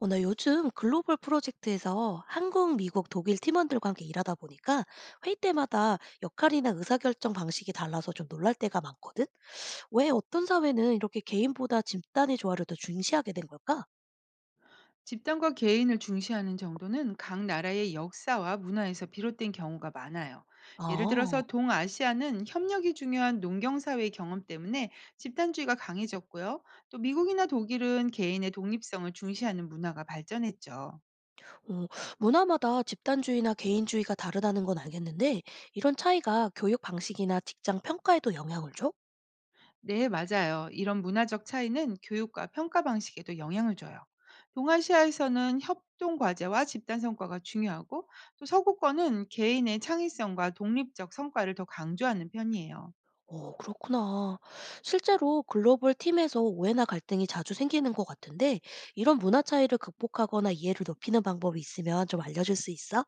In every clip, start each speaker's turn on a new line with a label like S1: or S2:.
S1: 오늘 요즘 글로벌 프로젝트에서 한국, 미국, 독일 팀원들과 함께 일하다 보니까 회의 때마다 역할이나 의사결정 방식이 달라서 좀 놀랄 때가 많거든? 왜 어떤 사회는 이렇게 개인보다 집단의 조화를 더 중시하게 된 걸까?
S2: 집단과 개인을 중시하는 정도는 각 나라의 역사와 문화에서 비롯된 경우가 많아요.
S1: 아,
S2: 예를 들어서
S1: 어,
S2: 동아시아는 협력이 중요한 농경사회의 경험 때문에 집단주의가 강해졌고요. 또 미국이나 독일은 개인의 독립성을 중시하는 문화가 발전했죠.
S1: 문화마다 집단주의나 개인주의가 다르다는 건 알겠는데, 이런 차이가 교육 방식이나 직장 평가에도 영향을 줘?
S2: 네, 맞아요. 이런 문화적 차이는 교육과 평가 방식에도 영향을 줘요. 동아시아에서는 협동 과제와 집단 성과가 중요하고 또 서구권은 개인의 창의성과 독립적 성과를 더 강조하는 편이에요.
S1: 어, 그렇구나. 실제로 글로벌 팀에서 오해나 갈등이 자주 생기는 것 같은데, 이런 문화 차이를 극복하거나 이해를 높이는 방법이 있으면 좀 알려줄 수 있어?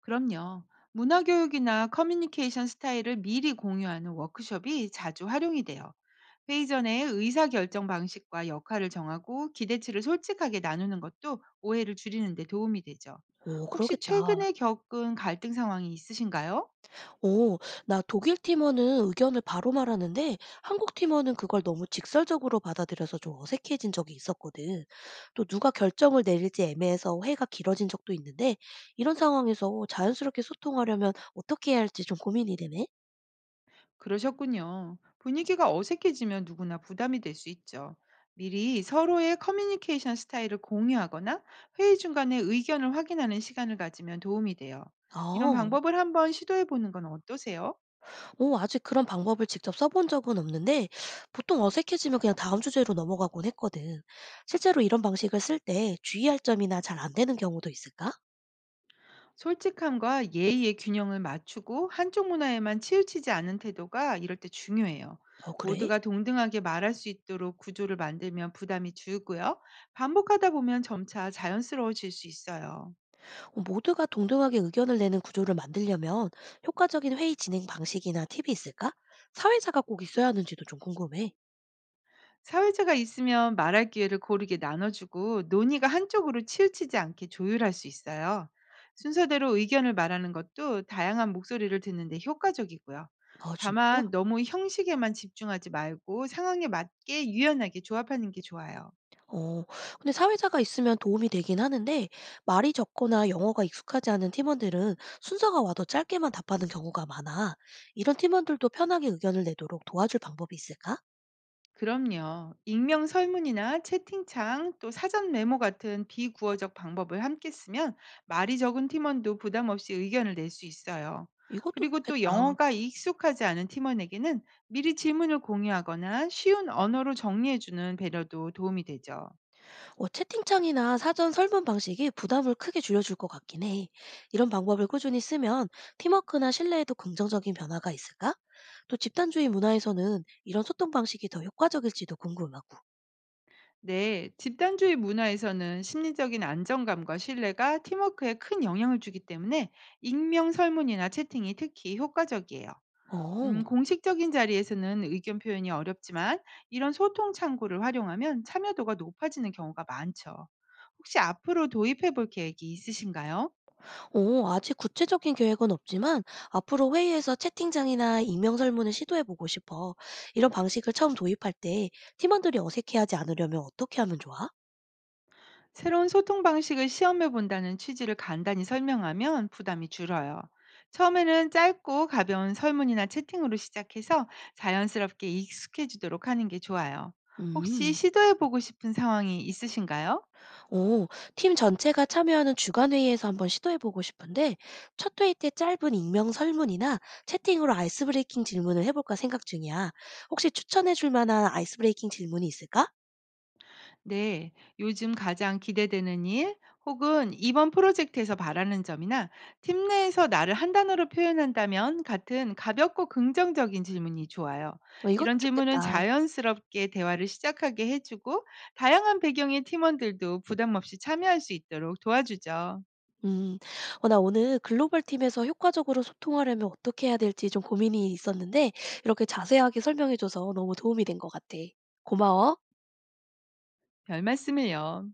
S2: 그럼요. 문화교육이나 커뮤니케이션 스타일을 미리 공유하는 워크숍이 자주 활용이 돼요. 회의 전에 의사결정 방식과 역할을 정하고 기대치를 솔직하게 나누는 것도 오해를 줄이는 데 도움이 되죠.
S1: 오,
S2: 혹시
S1: 그러겠다.
S2: 최근에 겪은 갈등 상황이 있으신가요?
S1: 오, 나 독일 팀원은 의견을 바로 말하는데 한국 팀원은 그걸 너무 직설적으로 받아들여서 좀 어색해진 적이 있었거든. 또 누가 결정을 내릴지 애매해서 회의가 길어진 적도 있는데 이런 상황에서 자연스럽게 소통하려면 어떻게 해야 할지 좀 고민이 되네.
S2: 그러셨군요. 분위기가 어색해지면 누구나 부담이 될 수 있죠. 미리 서로의 커뮤니케이션 스타일을 공유하거나 회의 중간에 의견을 확인하는 시간을 가지면 도움이 돼요. 이런
S1: 아,
S2: 방법을 한번 시도해 보는 건 어떠세요?
S1: 오, 아직 그런 방법을 직접 써본 적은 없는데 보통 어색해지면 그냥 다음 주제로 넘어가곤 했거든. 실제로 이런 방식을 쓸 때 주의할 점이나 잘 안 되는 경우도 있을까?
S2: 솔직함과 예의의 균형을 맞추고 한쪽 문화에만 치우치지 않은 태도가 이럴 때 중요해요.
S1: 어, 그래?
S2: 모두가 동등하게 말할 수 있도록 구조를 만들면 부담이 줄고요. 반복하다 보면 점차 자연스러워질 수 있어요.
S1: 어, 모두가 동등하게 의견을 내는 구조를 만들려면 효과적인 회의 진행 방식이나 팁이 있을까? 사회자가 꼭 있어야 하는지도 좀 궁금해.
S2: 사회자가 있으면 말할 기회를 고르게 나눠주고 논의가 한쪽으로 치우치지 않게 조율할 수 있어요. 순서대로 의견을 말하는 것도 다양한 목소리를 듣는데 효과적이고요.
S1: 아, 진짜?
S2: 다만 너무 형식에만 집중하지 말고 상황에 맞게 유연하게 조합하는 게 좋아요.
S1: 어, 근데 사회자가 있으면 도움이 되긴 하는데 말이 적거나 영어가 익숙하지 않은 팀원들은 순서가 와도 짧게만 답하는 경우가 많아. 이런 팀원들도 편하게 의견을 내도록 도와줄 방법이 있을까?
S2: 그럼요. 익명 설문이나 채팅창 또 사전 메모 같은 비구어적 방법을 함께 쓰면 말이 적은 팀원도 부담 없이 의견을 낼 수 있어요.
S1: 이것도
S2: 그리고 또
S1: 좋겠다.
S2: 영어가 익숙하지 않은 팀원에게는 미리 질문을 공유하거나 쉬운 언어로 정리해주는 배려도 도움이 되죠.
S1: 어, 채팅창이나 사전 설문 방식이 부담을 크게 줄여줄 것 같긴 해. 이런 방법을 꾸준히 쓰면 팀워크나 신뢰에도 긍정적인 변화가 있을까? 또 집단주의 문화에서는 이런 소통 방식이 더 효과적일지도 궁금하고.
S2: 네, 집단주의 문화에서는 심리적인 안정감과 신뢰가 팀워크에 큰 영향을 주기 때문에 익명 설문이나 채팅이 특히 효과적이에요.
S1: 어,
S2: 공식적인 자리에서는 의견 표현이 어렵지만 이런 소통 창구를 활용하면 참여도가 높아지는 경우가 많죠. 혹시 앞으로 도입해 볼 계획이 있으신가요?
S1: 아직 구체적인 계획은 없지만 앞으로 회의에서 채팅창이나 익명 설문을 시도해보고 싶어. 이런 방식을 처음 도입할 때 팀원들이 어색해하지 않으려면 어떻게 하면 좋아?
S2: 새로운 소통 방식을 시험해 본다는 취지를 간단히 설명하면 부담이 줄어요. 처음에는 짧고 가벼운 설문이나 채팅으로 시작해서 자연스럽게 익숙해지도록 하는 게 좋아요. 혹시
S1: 음.
S2: 시도해 보고 싶은 상황이 있으신가요?
S1: 오, 팀 전체가 참여하는 주간 회의에서 한번 시도해 보고 싶은데 첫 회의 때 짧은 익명 설문이나 채팅으로 아이스 브레이킹 질문을 해볼까 생각 중이야. 혹시 추천해 줄 만한 아이스 브레이킹 질문이 있을까?
S2: 네, 요즘 가장 기대되는 일 혹은 이번 프로젝트에서 바라는 점이나 팀 내에서 나를 한 단어로 표현한다면 같은 가볍고 긍정적인 질문이 좋아요.
S1: 어, 이것도
S2: 이런 질문은
S1: 좋겠다.
S2: 자연스럽게 대화를 시작하게 해주고 다양한 배경의 팀원들도 부담 없이 참여할 수 있도록 도와주죠.
S1: 음, 나 오늘 글로벌 팀에서 효과적으로 소통하려면 어떻게 해야 될지 좀 고민이 있었는데 이렇게 자세하게 설명해줘서 너무 도움이 된 것 같아. 고마워.
S2: 별 말씀을요.